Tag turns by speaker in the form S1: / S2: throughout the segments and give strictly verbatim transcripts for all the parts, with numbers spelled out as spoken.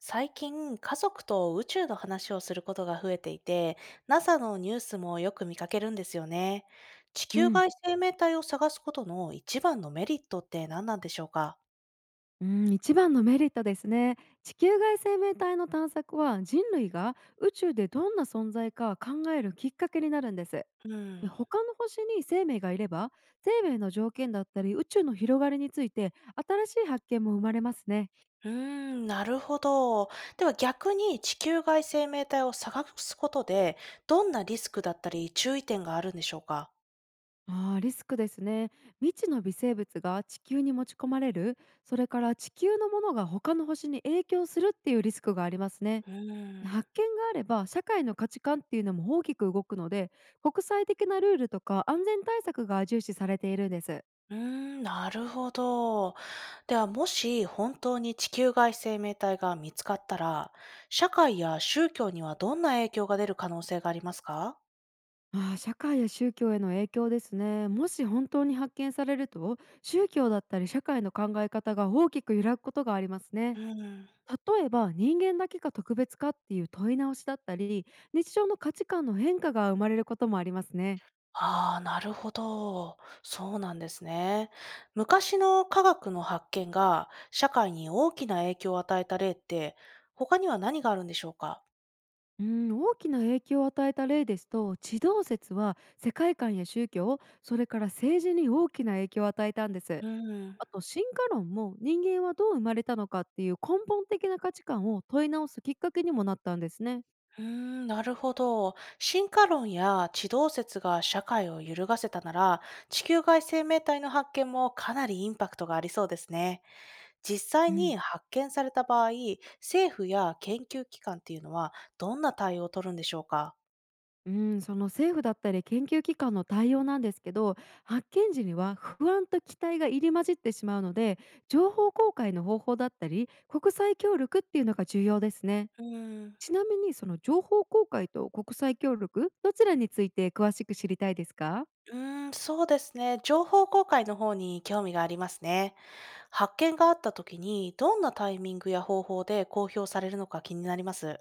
S1: 最近、家族と宇宙の話をすることが増えていて、ナサ のニュースもよく見かけるんですよね。地
S2: う
S1: 球
S2: ん、
S1: 外生命体を探すことの一番のメリットって何なんでしょうか？
S2: うん、一番のメリットですね。地球外生命体の探索は人類が宇宙でどんな存在か考えるきっかけになるんです。
S1: う
S2: で、
S1: ん。
S2: 他の星に生命がいれば、生命の条件だったり宇宙の広がりについて新しい発見も生まれますね。
S1: うーん、なるほど。では逆に地球外生命体を探すことで、どんなリスクだったり注意点があるんでしょうか？
S2: あーリスクですね。未知の微生物が地球に持ち込まれる、それから地球のものが他の星に影響するっていうリスクがありますね。
S1: うーん。
S2: 発見があれば社会の価値観っていうのも大きく動くので、国際的なルールとか安全対策が重視されているんです。
S1: うーん、なるほど。では、もし本当に地球外生命体が見つかったら、社会や宗教にはどんな影響が出る可能性がありますか？
S2: ああ、社会や宗教への影響ですね。もし本当に発見されると、宗教だったり社会の考え方が大きく揺らぐことがあります
S1: う
S2: ね。
S1: ん、
S2: 例えば人間だけが特別かっていう問い直しだったり、日常の価値観の変化が生まれることもありますね。
S1: ああ、なるほど。そうなんですね。昔の科学の発見が社会に大きな影響を与えた例って、他には何があるんでしょうか？
S2: うん、大きな影響を与えた例ですと、地動説は世界観や宗教、それから政治に大きな影響を与えたんです。
S1: うん、
S2: あ
S1: う
S2: と進化論も、人間はどう生まれたのかっていう根本的な価値観を問い直すきっかけにもなったんですね。
S1: ーん、なるほど。進化論や地動説が社会を揺るがせたなら、地球外生命体の発見もかなりインパクトがありそうですね。実際
S2: うん、
S1: に発見された場合、政府や研究機関っていうのはどんな対応を取るんでしょうか？
S2: うん、その政府だったり研究機関の対応なんですけど、発見時には不安と期待が入り混じってしまうので、情報公開の方法だったり国際協力っていうのが重要ですね。
S1: うーん、
S2: ちなみに、その情報公開と国際協力、どちらについて詳しく知りたいですか？
S1: うーん、そうですね。情報公開の方に興味がありますね。発見があった時に、どんなタイミングや方法で公表されるのか気になります。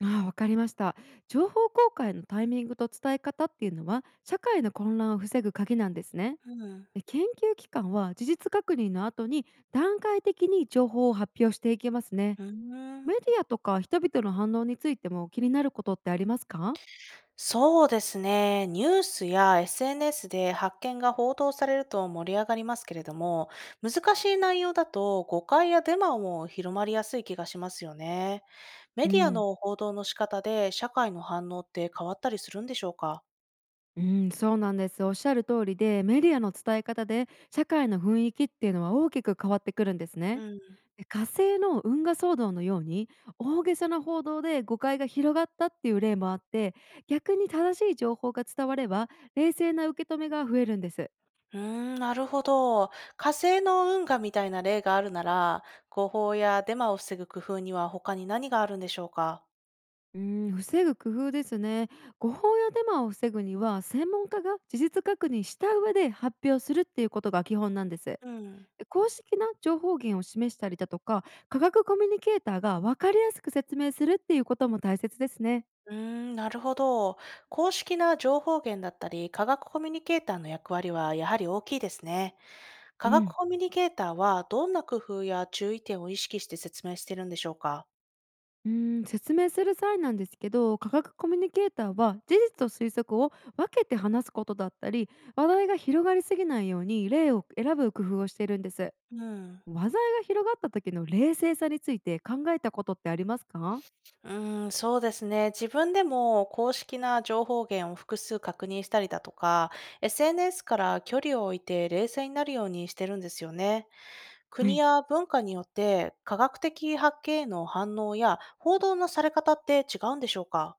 S2: ああ、わかりました。情報公開のタイミングと伝え方っていうのは社会の混乱を防ぐ鍵なんですね。
S1: うん、
S2: で、研究機関は事実確認の後に、段階的に情報を発表していきますね。
S1: うーん。
S2: メディアとか人々の反応についても気になることってありますか？
S1: そうですね。ニュースや エスエヌエス で発見が報道されると盛り上がりますけれども、難しい内容だと誤解やデマも広まりやすい気がしますよね。メ
S2: う
S1: ディア
S2: ん、
S1: の報道の仕方で社会の反応って変わったりするんでしょうか？
S2: うん、そうなんです。おっしゃる通りで、メディアの伝え方で社会の雰囲気っていうのは大きく変わってくるんです
S1: う
S2: ね。
S1: ん。
S2: で、火星の運河騒動のように大げさな報道で誤解が広がったっていう例もあって、逆に正しい情報が伝われば冷静な受け止めが増えるんです。
S1: うーん、なるほど。火星の運河みたいな例があるなら、誤報やデマを防ぐ工夫には他に何があるんでしょうか？
S2: うーん防ぐ工夫ですね。誤報やデマを防ぐには、専門家が事実確認した上で発表するっていうことが基本なんです。
S1: うん。
S2: で、公式な情報源を示したりだとか、科学コミュニケーターが分かりやすく説明するっていうことも大切ですね。
S1: うーん、なるほど。公式な情報源だったり、科学コミュニケーターの役割はやはり大きいですね。科
S2: う
S1: 学
S2: ん
S1: コミュニケーターはどんな工夫や注意点を意識して説明しているんでしょうか？
S2: うーん、説明する際なんですけど、科学コミュニケーターは事実と推測を分けて話すことだったり、話題が広がりすぎないように例を選ぶ工夫をしているんです。
S1: うん。
S2: 話題が広がった時の冷静さについて考えたことってありますか？
S1: うーん、そうですね。自分でも公式な情報源を複数確認したりだとか、エスエヌエス から距離を置いて冷静になるようにしてるんですよね。
S2: は
S1: 国
S2: い。
S1: や文化によって科学的発見への反応や報道のされ方って違うんでしょうか？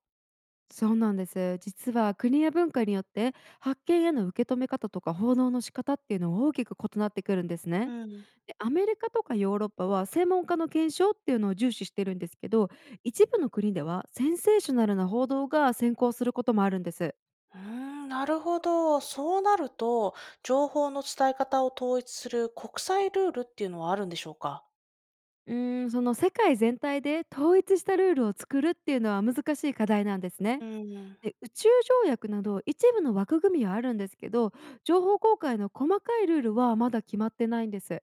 S2: そうなんです。実は国や文化によって、発見への受け止め方とか報道の仕方っていうのは大きく異なってくるんですね。
S1: うん。
S2: で、アメリカとかヨーロッパは専門家の検証っていうのを重視してるんですけど、一部の国ではセンセーショナルな報道が先行することもあるんです。
S1: うーん、なるほど。そうなると、情報の伝え方を統一する国際ルールっていうのはあるんでしょうか？
S2: うーん、その世界全体で統一したルールを作るっていうのは難しい課題なんですね。
S1: うーん。
S2: で、宇宙条約など一部の枠組みはあるんですけど、情報公開の細かいルールはまだ決まってないんです。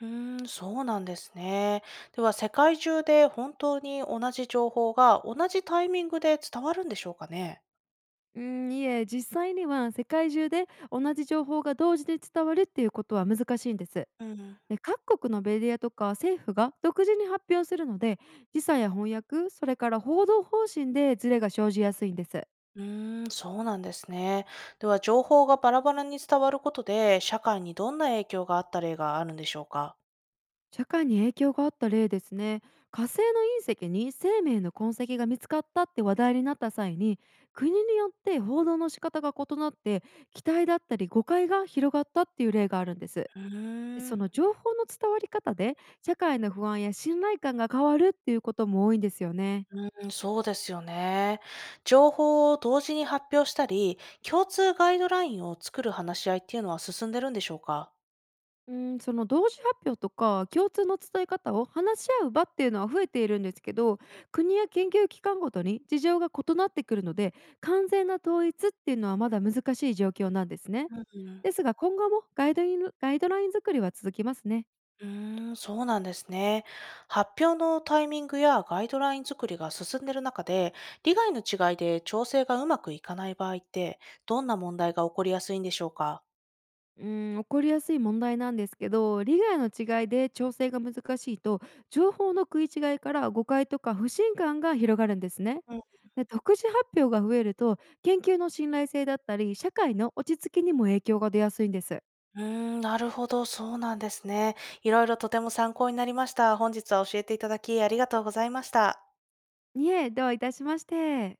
S1: うーん、そうなんですね。では、世界中で本当に同じ情報が同じタイミングで伝わるんでしょうかね？
S2: うーんいえ、実際には世界中で同じ情報が同時に伝わるっていうことは難しいんです。
S1: うん。
S2: で、各国のメディアとか政府が独自に発表するので、時差や翻訳、それから報道方針でズレが生じやすいんです。
S1: うーん、そうなんですね。では、情報がバラバラに伝わることで、社会にどんな影響があった例があるんでしょうか？
S2: 社会に影響があった例ですね。火星の隕石に生命の痕跡が見つかったって話題になった際に、国によって報道の仕方が異なって、期待だったり誤解が広がったっていう例があるんです。
S1: う
S2: で、
S1: ー
S2: そ
S1: ん。
S2: の情報の伝わり方で社会の不安や信頼感が変わるっていうことも多いんですよね。
S1: うん、そうですよね。情報を同時に発表したり、共通ガイドラインを作る話し合いっていうのは進んでるんでしょうか？
S2: うん、その同時発表とか共通の伝え方を話し合う場っていうのは増えているんですけど、国や研究機関ごとに事情が異なってくるので、完全な統一っていうのはまだ難しい状況なんですね。
S1: うん。
S2: ですが、今後もガイドインガイドライン作りは続きますね。
S1: うーん、そうなんですね。発表のタイミングやガイドライン作りが進んでる中で、利害の違いで調整がうまくいかない場合って、どんな問題が起こりやすいんでしょうか？
S2: うーん、起こりやすい問題なんですけど、利害の違いで調整が難しいと、情報の食い違いから誤解とか不信感が広がるんですね。
S1: うん、
S2: で、独自発表が増えると、研究の信頼性だったり、社会の落ち着きにも影響が出やすいんです。
S1: うーん、なるほど、そうなんですね。いろいろとても参考になりました。本日は教えていただきありがとうございました。
S2: いえ、どういたしまして。